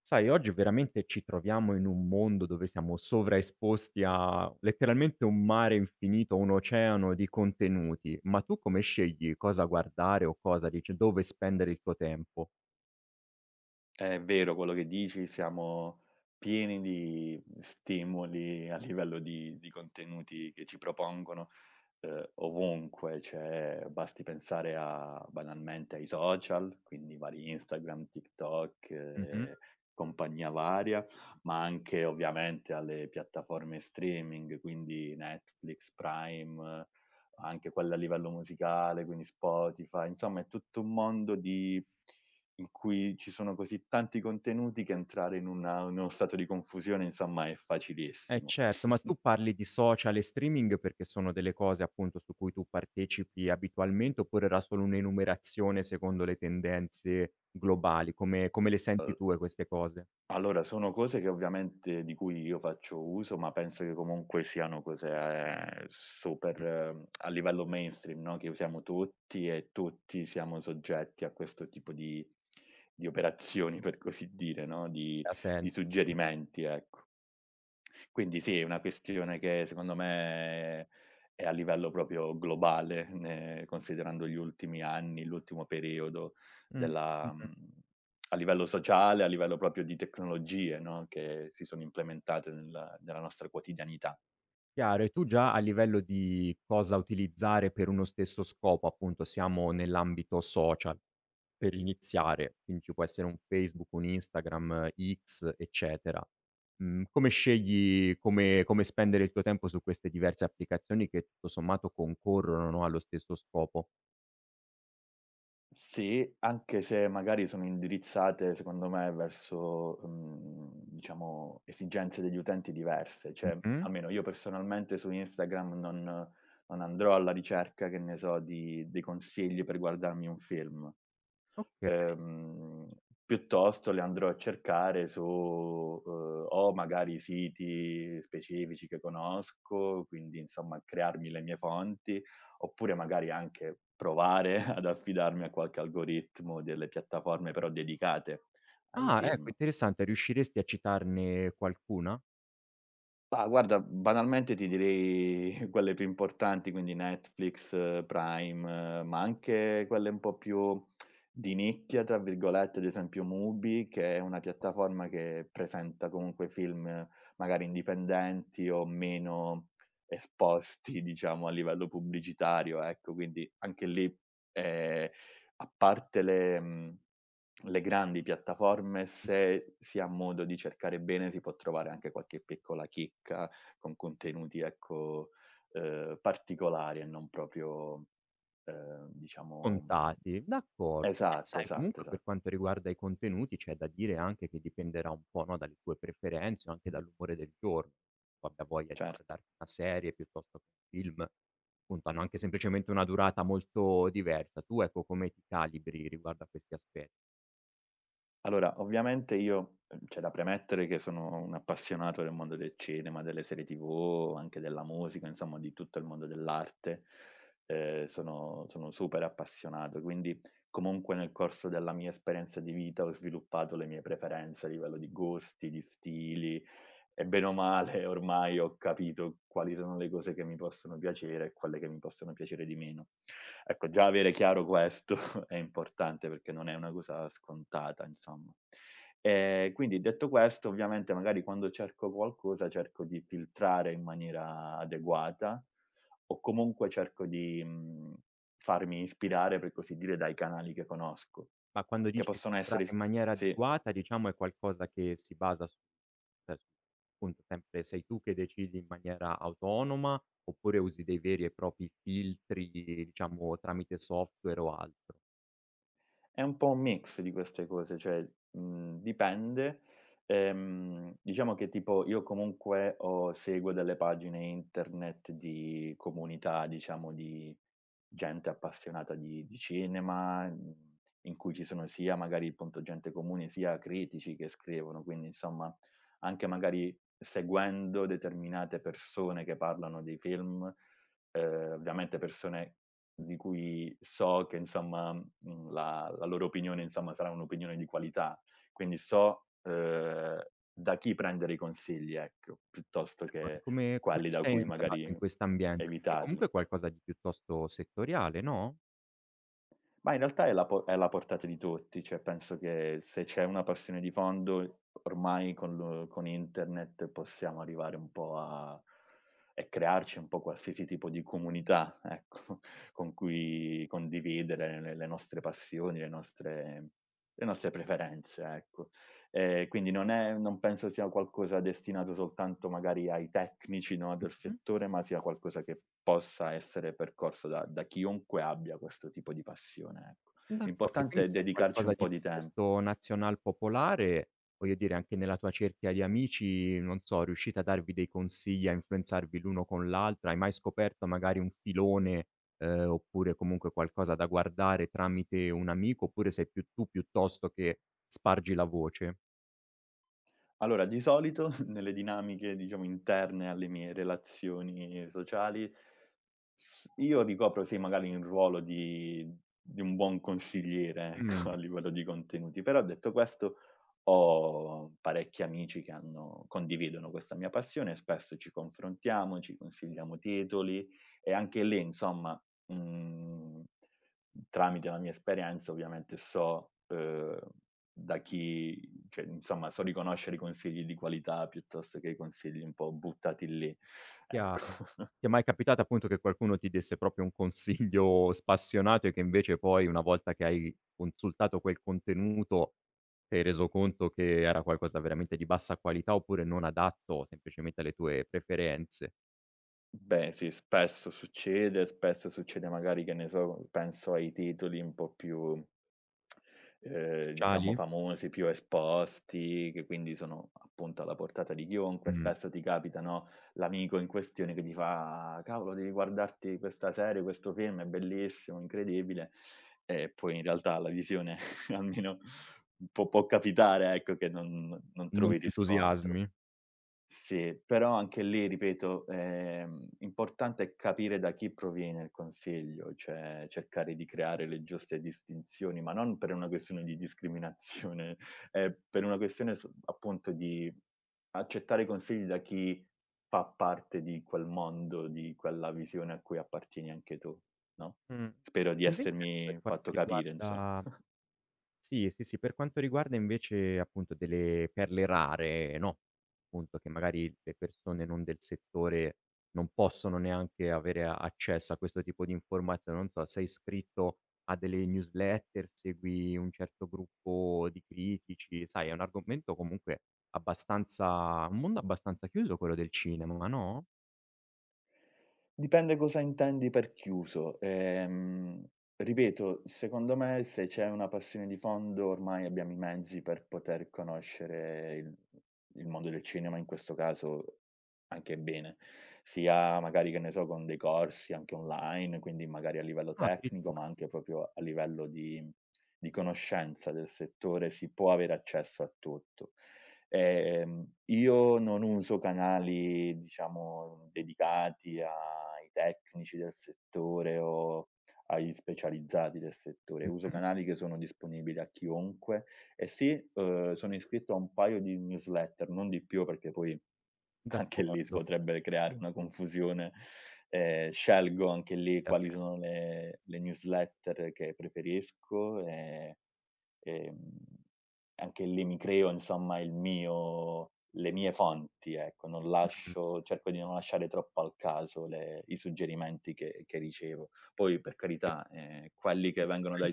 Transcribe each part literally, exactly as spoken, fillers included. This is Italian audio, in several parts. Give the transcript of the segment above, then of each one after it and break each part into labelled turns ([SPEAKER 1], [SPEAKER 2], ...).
[SPEAKER 1] Sai, oggi veramente ci troviamo in un mondo dove siamo sovraesposti a letteralmente un mare infinito, un oceano di contenuti, ma tu come scegli cosa guardare o cosa dice dove spendere il tuo tempo?
[SPEAKER 2] È vero quello che dici, siamo pieni di stimoli a livello di di contenuti che ci propongono Uhm, ovunque, cioè basti pensare a banalmente ai social, quindi vari Instagram, TikTok
[SPEAKER 1] Mh-mh.
[SPEAKER 2] e compagnia varia, ma anche ovviamente alle piattaforme streaming, quindi Netflix, Prime, eh, anche quelle a livello musicale, quindi Spotify, insomma è tutto un mondo di in cui ci sono così tanti contenuti che entrare in una in uno stato di confusione, insomma, è
[SPEAKER 1] Eh
[SPEAKER 2] facilissimo.
[SPEAKER 1] certo, ma tu parli di social e streaming perché sono delle cose appunto su cui tu partecipi abitualmente, oppure era solo un'enumerazione secondo le tendenze globali? Come come le senti tue queste cose?
[SPEAKER 2] Allora, sono cose che ovviamente di cui io faccio uso, ma penso che comunque siano cose, ehm, super eh, a livello mainstream, no, che usiamo tutti e tutti siamo soggetti a questo tipo di di operazioni, per così dire, no, di
[SPEAKER 1] Ha
[SPEAKER 2] di
[SPEAKER 1] senso, sì.
[SPEAKER 2] suggerimenti, ecco. Quindi sì, è una questione che secondo me è a livello proprio globale, ne considerando gli ultimi anni, l'ultimo periodo
[SPEAKER 1] Mh.
[SPEAKER 2] della
[SPEAKER 1] Mh-mh.
[SPEAKER 2] mhmm, a livello sociale, a livello proprio di tecnologie, no, che si sono implementate nella nella nostra quotidianità.
[SPEAKER 1] Chiaro, e tu già a livello di cosa utilizzare per uno stesso scopo, appunto siamo nell'ambito social, per iniziare, quindi ci può essere un Facebook, un Instagram, eh, X, eccetera. Mhmm, come scegli come come spendere il tuo tempo su queste diverse applicazioni che tutto sommato concorrono, no, allo stesso scopo?
[SPEAKER 2] Sì, anche se magari sono indirizzate secondo me verso, mhmm, diciamo esigenze degli utenti diverse, cioè
[SPEAKER 1] Mh-mh.
[SPEAKER 2] almeno io personalmente su Instagram non non andrò alla ricerca, che ne so, di dei consigli per guardarmi un film.
[SPEAKER 1] Oka
[SPEAKER 2] Ehm, piuttosto le andrò a cercare su, uhm, o magari siti specifici che conosco, quindi insomma crearmi le mie fonti, oppure magari anche provare ad affidarmi a qualche algoritmo delle piattaforme però dedicate ai
[SPEAKER 1] Ah, ecco
[SPEAKER 2] film.
[SPEAKER 1] interessante, riusciresti a citarne qualcuna?
[SPEAKER 2] Mah, guarda, banalmente ti direi quelle più importanti, quindi Netflix, eh, Prime, eh, ma anche quelle un po' più di "nicchia", tra virgolette, ad esempio Mubi, che è una piattaforma che presenta comunque film eh, magari indipendenti o meno esposti, diciamo, a livello pubblicitario, ecco. Quindi anche lì, ehm, a parte le mhmm le grandi piattaforme, se si ha modo di cercare bene, si può trovare anche qualche piccola chicca con contenuti, ecco, ehm, particolari e non proprio, ehm, diciamo
[SPEAKER 1] Contati, d'accordo. Beh,
[SPEAKER 2] esatto,
[SPEAKER 1] sai
[SPEAKER 2] esatto,
[SPEAKER 1] comunque per
[SPEAKER 2] esatto,
[SPEAKER 1] quanto riguarda i contenuti c'è da dire anche che dipenderà un po', no, dalle tue preferenze o anche dall'umore del giorno. Tu abbia voglia di
[SPEAKER 2] certo.
[SPEAKER 1] guardarti una serie piuttosto che un film, appunto hanno anche semplicemente una durata molto diversa. Tu ecco come ti calibri riguardo a questi aspetti?
[SPEAKER 2] Allora, ovviamente io uhm, c'è da premettere che sono un appassionato del mondo del cinema, delle serie T V, anche della musica, insomma di tutto il mondo dell'arte. Ehm, sono sono super appassionato, quindi comunque nel corso della mia esperienza di vita ho sviluppato le mie preferenze a livello di gusti, di stili e bene o male ormai ho capito quali sono le cose che mi possono piacere e quelle che mi possono piacere di meno. Ecco, già avere chiaro questo è importante perché non è una cosa scontata, insomma. Ehm, quindi detto questo, ovviamente magari quando cerco qualcosa cerco di filtrare in maniera adeguata o comunque cerco di, mhmm, farmi ispirare, per così dire, dai canali che conosco,
[SPEAKER 1] Ma quando
[SPEAKER 2] che
[SPEAKER 1] dici
[SPEAKER 2] possono essere
[SPEAKER 1] filtrare
[SPEAKER 2] s
[SPEAKER 1] in maniera
[SPEAKER 2] sì.
[SPEAKER 1] adeguata, diciamo è qualcosa che si basa su cioè su appunto sempre sei tu che decidi in maniera autonoma, oppure usi dei veri e propri filtri, diciamo tramite software o altro?
[SPEAKER 2] È un po' un mix di queste cose, cioè, mhmm, dipende. Ehm, diciamo che tipo io comunque ho seguo delle pagine internet di comunità, diciamo, di gente appassionata di di cinema, mhmm, in cui ci sono sia magari appunto gente comune, sia critici che scrivono, quindi insomma anche magari seguendo determinate persone che parlano dei film, ehm, ovviamente persone di cui so che insomma mhmm, la la loro opinione insomma sarà un'opinione di qualità. Quindi so, uhm, da chi prendere i consigli, ecco, piuttosto
[SPEAKER 1] Ma
[SPEAKER 2] che
[SPEAKER 1] come come
[SPEAKER 2] quelli
[SPEAKER 1] ci
[SPEAKER 2] da
[SPEAKER 1] sei
[SPEAKER 2] cui
[SPEAKER 1] entrato in
[SPEAKER 2] magari
[SPEAKER 1] quest'ambiente? Perché comunque
[SPEAKER 2] evitarli.
[SPEAKER 1] è qualcosa di piuttosto settoriale, no?
[SPEAKER 2] Ma in realtà è la po è alla portata di tutti, cioè penso che se c'è una passione di fondo, ormai con lo con internet possiamo arrivare un po' a e crearci un po' qualsiasi tipo di comunità, ecco, con cui condividere le le nostre passioni, le nostre le nostre preferenze, ecco. Ehm, quindi non è non penso sia qualcosa destinato soltanto magari ai tecnici, no, del
[SPEAKER 1] Mh?
[SPEAKER 2] settore, ma sia qualcosa che possa essere percorso da da chiunque abbia questo tipo di passione, ecco.
[SPEAKER 1] D'accordo,
[SPEAKER 2] L'importante
[SPEAKER 1] quindi
[SPEAKER 2] è
[SPEAKER 1] se è
[SPEAKER 2] dedicarci
[SPEAKER 1] qualcosa
[SPEAKER 2] un
[SPEAKER 1] di
[SPEAKER 2] po' di tempo.
[SPEAKER 1] piuttosto nazional popolare, voglio dire anche nella tua cerchia di amici, non so, riuscite a darvi dei consigli, a influenzarvi l'uno con l'altra? Hai mai scoperto magari un filone, ehm, oppure comunque qualcosa da guardare tramite un amico, oppure sei più tu piuttosto che spargi la voce?
[SPEAKER 2] Allora, di solito nelle dinamiche, diciamo, interne alle mie relazioni sociali S io ricopro sì, magari un ruolo di di un buon consigliere,
[SPEAKER 1] Mh.
[SPEAKER 2] ecco, a livello di contenuti, però detto questo ho parecchi amici che hanno condividono questa mia passione e spesso ci confrontiamo, ci consigliamo titoli e anche lì insomma, mhmm, tramite la mia esperienza ovviamente so, uhm, da chi cioè insomma so riconoscere i consigli di qualità piuttosto che i consigli un po' buttati lì,
[SPEAKER 1] Chiaro.
[SPEAKER 2] ecco.
[SPEAKER 1] Ti è mai capitato appunto che qualcuno ti desse proprio un consiglio spassionato e che invece poi una volta che hai consultato quel contenuto ti hai reso conto che era qualcosa veramente di bassa qualità oppure non adatto semplicemente alle tue preferenze
[SPEAKER 2] Beh sì, spesso succede, spesso succede magari, che ne so, penso ai titoli un po' più, ehm, diciamo
[SPEAKER 1] speciali?
[SPEAKER 2] famosi, più esposti, che quindi sono appunto alla portata di chiunque.
[SPEAKER 1] Mh.
[SPEAKER 2] Spesso ti capita, no, l'amico in questione che ti fa: "Cavolo devi guardarti questa serie, questo film, è bellissimo, incredibile." E poi in realtà la visione almeno può può capitare, ecco, che non non
[SPEAKER 1] Non
[SPEAKER 2] trovi
[SPEAKER 1] ti
[SPEAKER 2] riscontro.
[SPEAKER 1] entusiasmi?
[SPEAKER 2] Sì, però anche lì ripeto, ehm, importante è capire da chi proviene il consiglio, cioè cercare di creare le giuste distinzioni, ma non per una questione di discriminazione, è per una questione s appunto di accettare i consigli da chi fa parte di quel mondo, di quella visione a cui appartieni anche tu, no,
[SPEAKER 1] Mh.
[SPEAKER 2] spero di
[SPEAKER 1] Invece ecco per
[SPEAKER 2] essermi
[SPEAKER 1] quanto
[SPEAKER 2] fatto capire inso
[SPEAKER 1] riguarda Sì, sì, sì. Per quanto riguarda invece appunto delle perle rare, no, appunto che magari le persone non del settore non possono neanche avere a accesso a questo tipo di informazioni, non so, sei iscritto a delle newsletter, segui un certo gruppo di critici, sai, è un argomento comunque abbastanza un mondo abbastanza chiuso quello del cinema, no?
[SPEAKER 2] Dipende cosa intendi per chiuso. Ehm, ripeto, secondo me se c'è una passione di fondo ormai abbiamo i mezzi per poter conoscere il il mondo del cinema, in questo caso anche bene, sia magari, che ne so, con dei corsi anche online, quindi magari a livello
[SPEAKER 1] Ah,
[SPEAKER 2] tecnico, ma
[SPEAKER 1] addirittura.
[SPEAKER 2] anche proprio a livello di di conoscenza del settore si può avere accesso a tutto. Ehm, io non uso canali, diciamo, dedicati ai tecnici del settore o agli specializzati del settore, uso
[SPEAKER 1] Mh-mh.
[SPEAKER 2] canali che sono disponibili a chiunque e sì, uhm, sono iscritto a un paio di newsletter, non di più perché poi anche lì si
[SPEAKER 1] D'accordo.
[SPEAKER 2] potrebbe creare una confusione. Ehm, scelgo anche lì quali sono le le newsletter che preferisco, ehm Ehm, anche lì mi creo insomma il mio le mie fonti, ecco, non
[SPEAKER 1] Mh.
[SPEAKER 2] lascio cerco di non lasciare troppo al caso le i suggerimenti che che ricevo. Poi per
[SPEAKER 1] Sì.
[SPEAKER 2] carità, ehm, quelli che vengono dai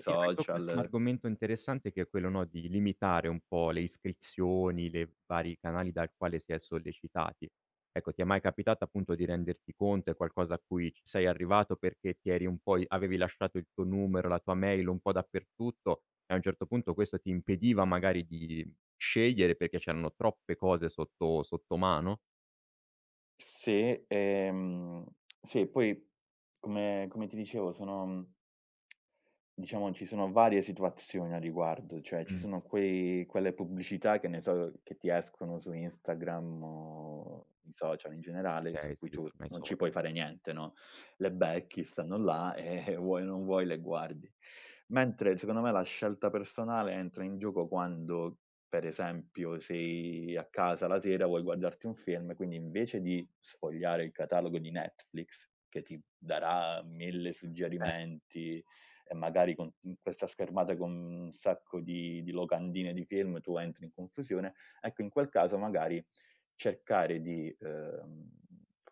[SPEAKER 1] Un
[SPEAKER 2] social.
[SPEAKER 1] argomento interessante che è quello, no, di limitare un po' le iscrizioni, le vari canali dal quale si è sollecitati. Ecco, ti è mai capitato appunto di renderti conto, è qualcosa a cui ci sei arrivato perché ti eri un po' i avevi lasciato il tuo numero, la tua mail un po' dappertutto e a un certo punto questo ti impediva magari di scegliere perché c'erano troppe cose sotto sotto mano?
[SPEAKER 2] Sì, ehm, sì, poi come come ti dicevo sono, mhmm diciamo ci sono varie situazioni a riguardo, cioè ci
[SPEAKER 1] Mh,
[SPEAKER 2] sono quei quelle pubblicità che ne so, che ti escono su Instagram o i social in generale,
[SPEAKER 1] okay,
[SPEAKER 2] su cui
[SPEAKER 1] sì,
[SPEAKER 2] tu
[SPEAKER 1] ormai
[SPEAKER 2] non
[SPEAKER 1] so
[SPEAKER 2] ci puoi fare niente, no, le becchi, stanno là e vuoi o non vuoi le guardi. Mentre secondo me la scelta personale entra in gioco quando per esempio, sei a casa la sera, vuoi guardarti un film, quindi invece di sfogliare il catalogo di Netflix, che ti darà mille
[SPEAKER 1] eh,
[SPEAKER 2] suggerimenti e magari con in questa schermata con un sacco di di locandine di film, tu entri in confusione, ecco in quel caso magari cercare di, ehm,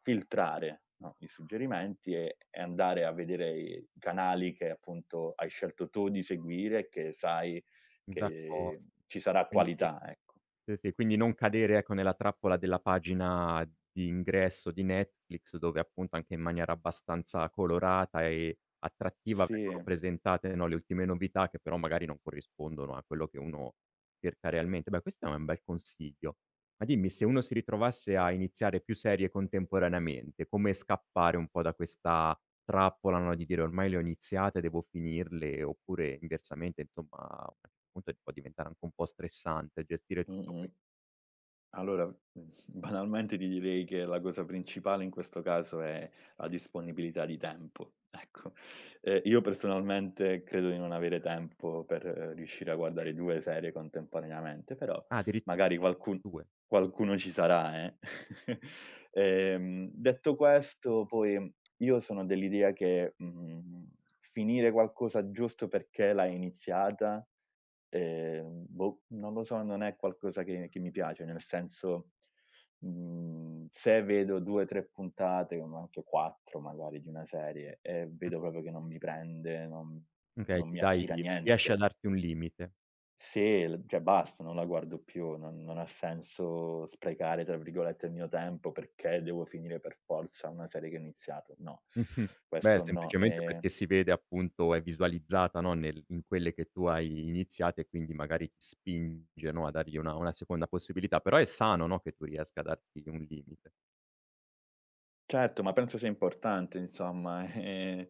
[SPEAKER 2] filtrare, no, i suggerimenti e e andare a vedere i canali che appunto hai scelto tu di seguire, che sai
[SPEAKER 1] d'acco
[SPEAKER 2] che ci sarà
[SPEAKER 1] quindi
[SPEAKER 2] qualità, ecco.
[SPEAKER 1] Sì, sì, quindi non cadere, ecco, nella trappola della pagina di ingresso di Netflix dove appunto anche in maniera abbastanza colorata e attrattiva vengono
[SPEAKER 2] Sì,
[SPEAKER 1] presentate, no, le ultime novità che però magari non corrispondono a quello che uno cerca realmente. Beh, questo è un bel consiglio. Ma dimmi, se uno si ritrovasse a iniziare più serie contemporaneamente, come scappare un po' da questa trappola, no, di dire: "Ormai le ho iniziate, devo finirle", oppure inversamente insomma a un certo punto può diventare anche un po' stressante gestire tutto
[SPEAKER 2] mh-mh.
[SPEAKER 1] que
[SPEAKER 2] Allora, mhmm, banalmente ti direi che la cosa principale in questo caso è la disponibilità di tempo, ecco. Ehm, io personalmente credo di non avere tempo per eh, riuscire a guardare due serie contemporaneamente, però
[SPEAKER 1] Ah, addirittura
[SPEAKER 2] magari qualcun
[SPEAKER 1] due.
[SPEAKER 2] qualcuno ci sarà, eh. Ehm, detto questo poi io sono dell'idea che, mhmm, finire qualcosa giusto perché l'hai iniziata. Ehm, boh, non lo so, non è qualcosa che che mi piace, nel senso, mhmm, se vedo due, tre puntate, ma anche quattro magari di una serie e vedo proprio che non mi prende, non
[SPEAKER 1] Mh, okay,
[SPEAKER 2] non
[SPEAKER 1] ti
[SPEAKER 2] mi
[SPEAKER 1] dai
[SPEAKER 2] attira
[SPEAKER 1] riesci a
[SPEAKER 2] niente,
[SPEAKER 1] darti un limite.
[SPEAKER 2] se l cioè basta, non la guardo più, non non ha senso "sprecare" tra virgolette il mio tempo perché devo finire per forza una serie che ho iniziato. No,
[SPEAKER 1] Mh-mh. Beh,
[SPEAKER 2] questo no.
[SPEAKER 1] semplicemente
[SPEAKER 2] Ehm
[SPEAKER 1] perché si vede appunto è visualizzata, no, nel in quelle che tu hai iniziato e quindi magari ti spinge, no, a dargli una una seconda possibilità, però è sano, no, che tu riesca a darti un limite.
[SPEAKER 2] Certo, ma penso sia importante insomma, ehm,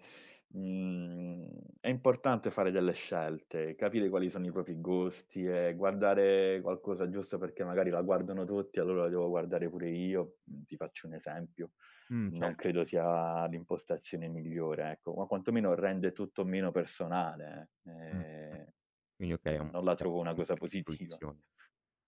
[SPEAKER 2] mhmm, è importante fare delle scelte, capire quali sono i propri gusti e guardare qualcosa giusto perché magari la guardano tutti, allora la devo guardare pure io. Mhmm, ti faccio un esempio,
[SPEAKER 1] Mh,
[SPEAKER 2] non
[SPEAKER 1] certo,
[SPEAKER 2] credo sia l'impostazione migliore, ecco, ma quantomeno rende tutto meno personale,
[SPEAKER 1] mh.
[SPEAKER 2] ehm,
[SPEAKER 1] Quindi okay, è un
[SPEAKER 2] non la
[SPEAKER 1] è un
[SPEAKER 2] trovo
[SPEAKER 1] po'
[SPEAKER 2] una cosa
[SPEAKER 1] di
[SPEAKER 2] positiva.
[SPEAKER 1] fruizione.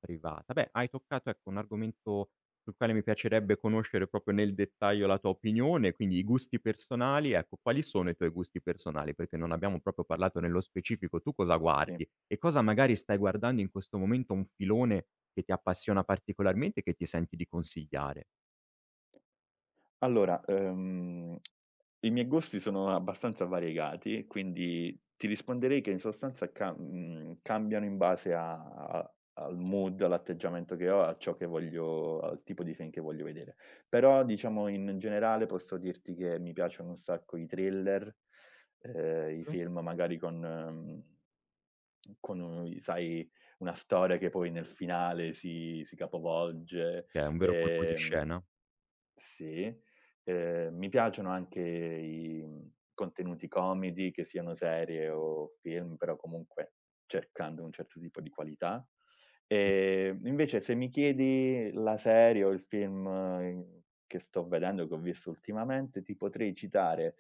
[SPEAKER 1] Privata. Beh, hai toccato, ecco, un argomento sul quale mi piacerebbe conoscere proprio nel dettaglio la tua opinione, quindi i gusti personali, ecco, quali sono i tuoi gusti personali? Perché non abbiamo proprio parlato nello specifico, tu cosa
[SPEAKER 2] Sì.
[SPEAKER 1] guardi e cosa magari stai guardando in questo momento un filone che ti appassiona particolarmente e che ti senti di consigliare?
[SPEAKER 2] Allora, ehm, i miei gusti sono abbastanza variegati, quindi ti risponderei che in sostanza ca mhmm, cambiano in base a a al mood, all'atteggiamento che ho, a ciò che voglio al tipo di film che voglio vedere. Però diciamo in generale posso dirti che mi piacciono un sacco i thriller, ehm, i film magari con mhmm, con u sai, una storia che poi nel finale si si capovolge,
[SPEAKER 1] Che è un vero colpo di
[SPEAKER 2] ehm
[SPEAKER 1] scena?
[SPEAKER 2] sì, ehm, mi piacciono anche i, mhmm, contenuti comedy, che siano serie o film, però comunque cercando un certo tipo di qualità.
[SPEAKER 1] Mh,
[SPEAKER 2] Ehm, invece se mi chiedi la serie o il film, ehm, che sto vedendo, che ho visto ultimamente, ti potrei citare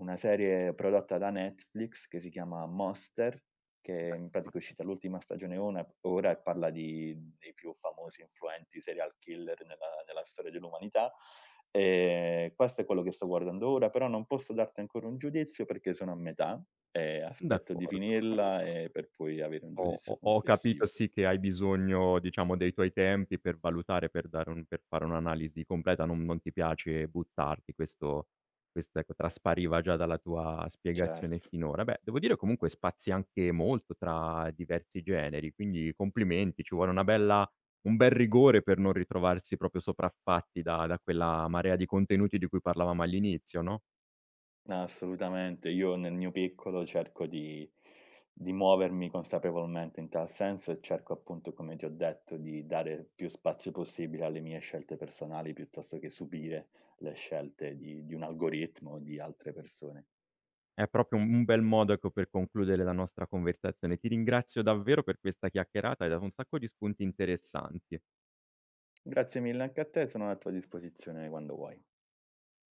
[SPEAKER 2] una serie prodotta da Netflix che si chiama Monster che in pratica è uscita l'ultima stagione ona ora e parla di dei più famosi, influenti serial killer nella nella storia dell'umanità. Ehm, questo è quello che sto guardando ora, però non posso darti ancora un giudizio perché sono a metà e aspetto di
[SPEAKER 1] d'accordo, d'accordo.
[SPEAKER 2] finirla, ehm, per poi avere un
[SPEAKER 1] Ho
[SPEAKER 2] giudizio
[SPEAKER 1] ho ho capito
[SPEAKER 2] complessivo.
[SPEAKER 1] sì che hai bisogno, diciamo, dei tuoi tempi per valutare, per dare un per fare un'analisi completa, non non ti piace buttarti, questo questo ecco traspariva già dalla tua spiegazione
[SPEAKER 2] Certo.
[SPEAKER 1] finora. Beh, devo dire comunque spazi anche molto tra diversi generi, quindi complimenti, ci vuole una bella un bel rigore per non ritrovarsi proprio sopraffatti da da quella marea di contenuti di cui parlavamo all'inizio, no?
[SPEAKER 2] Assolutamente. Io nel mio piccolo cerco di di muovermi consapevolmente in tal senso e cerco appunto, come ti ho detto, di dare più spazio possibile alle mie scelte personali piuttosto che subire le scelte di di un algoritmo o di altre persone.
[SPEAKER 1] È proprio un un bel modo, ecco, per concludere la nostra conversazione. Ti ringrazio davvero per questa chiacchierata, hai dato un sacco di spunti interessanti.
[SPEAKER 2] Grazie mille anche a te, sono a tua disposizione quando vuoi.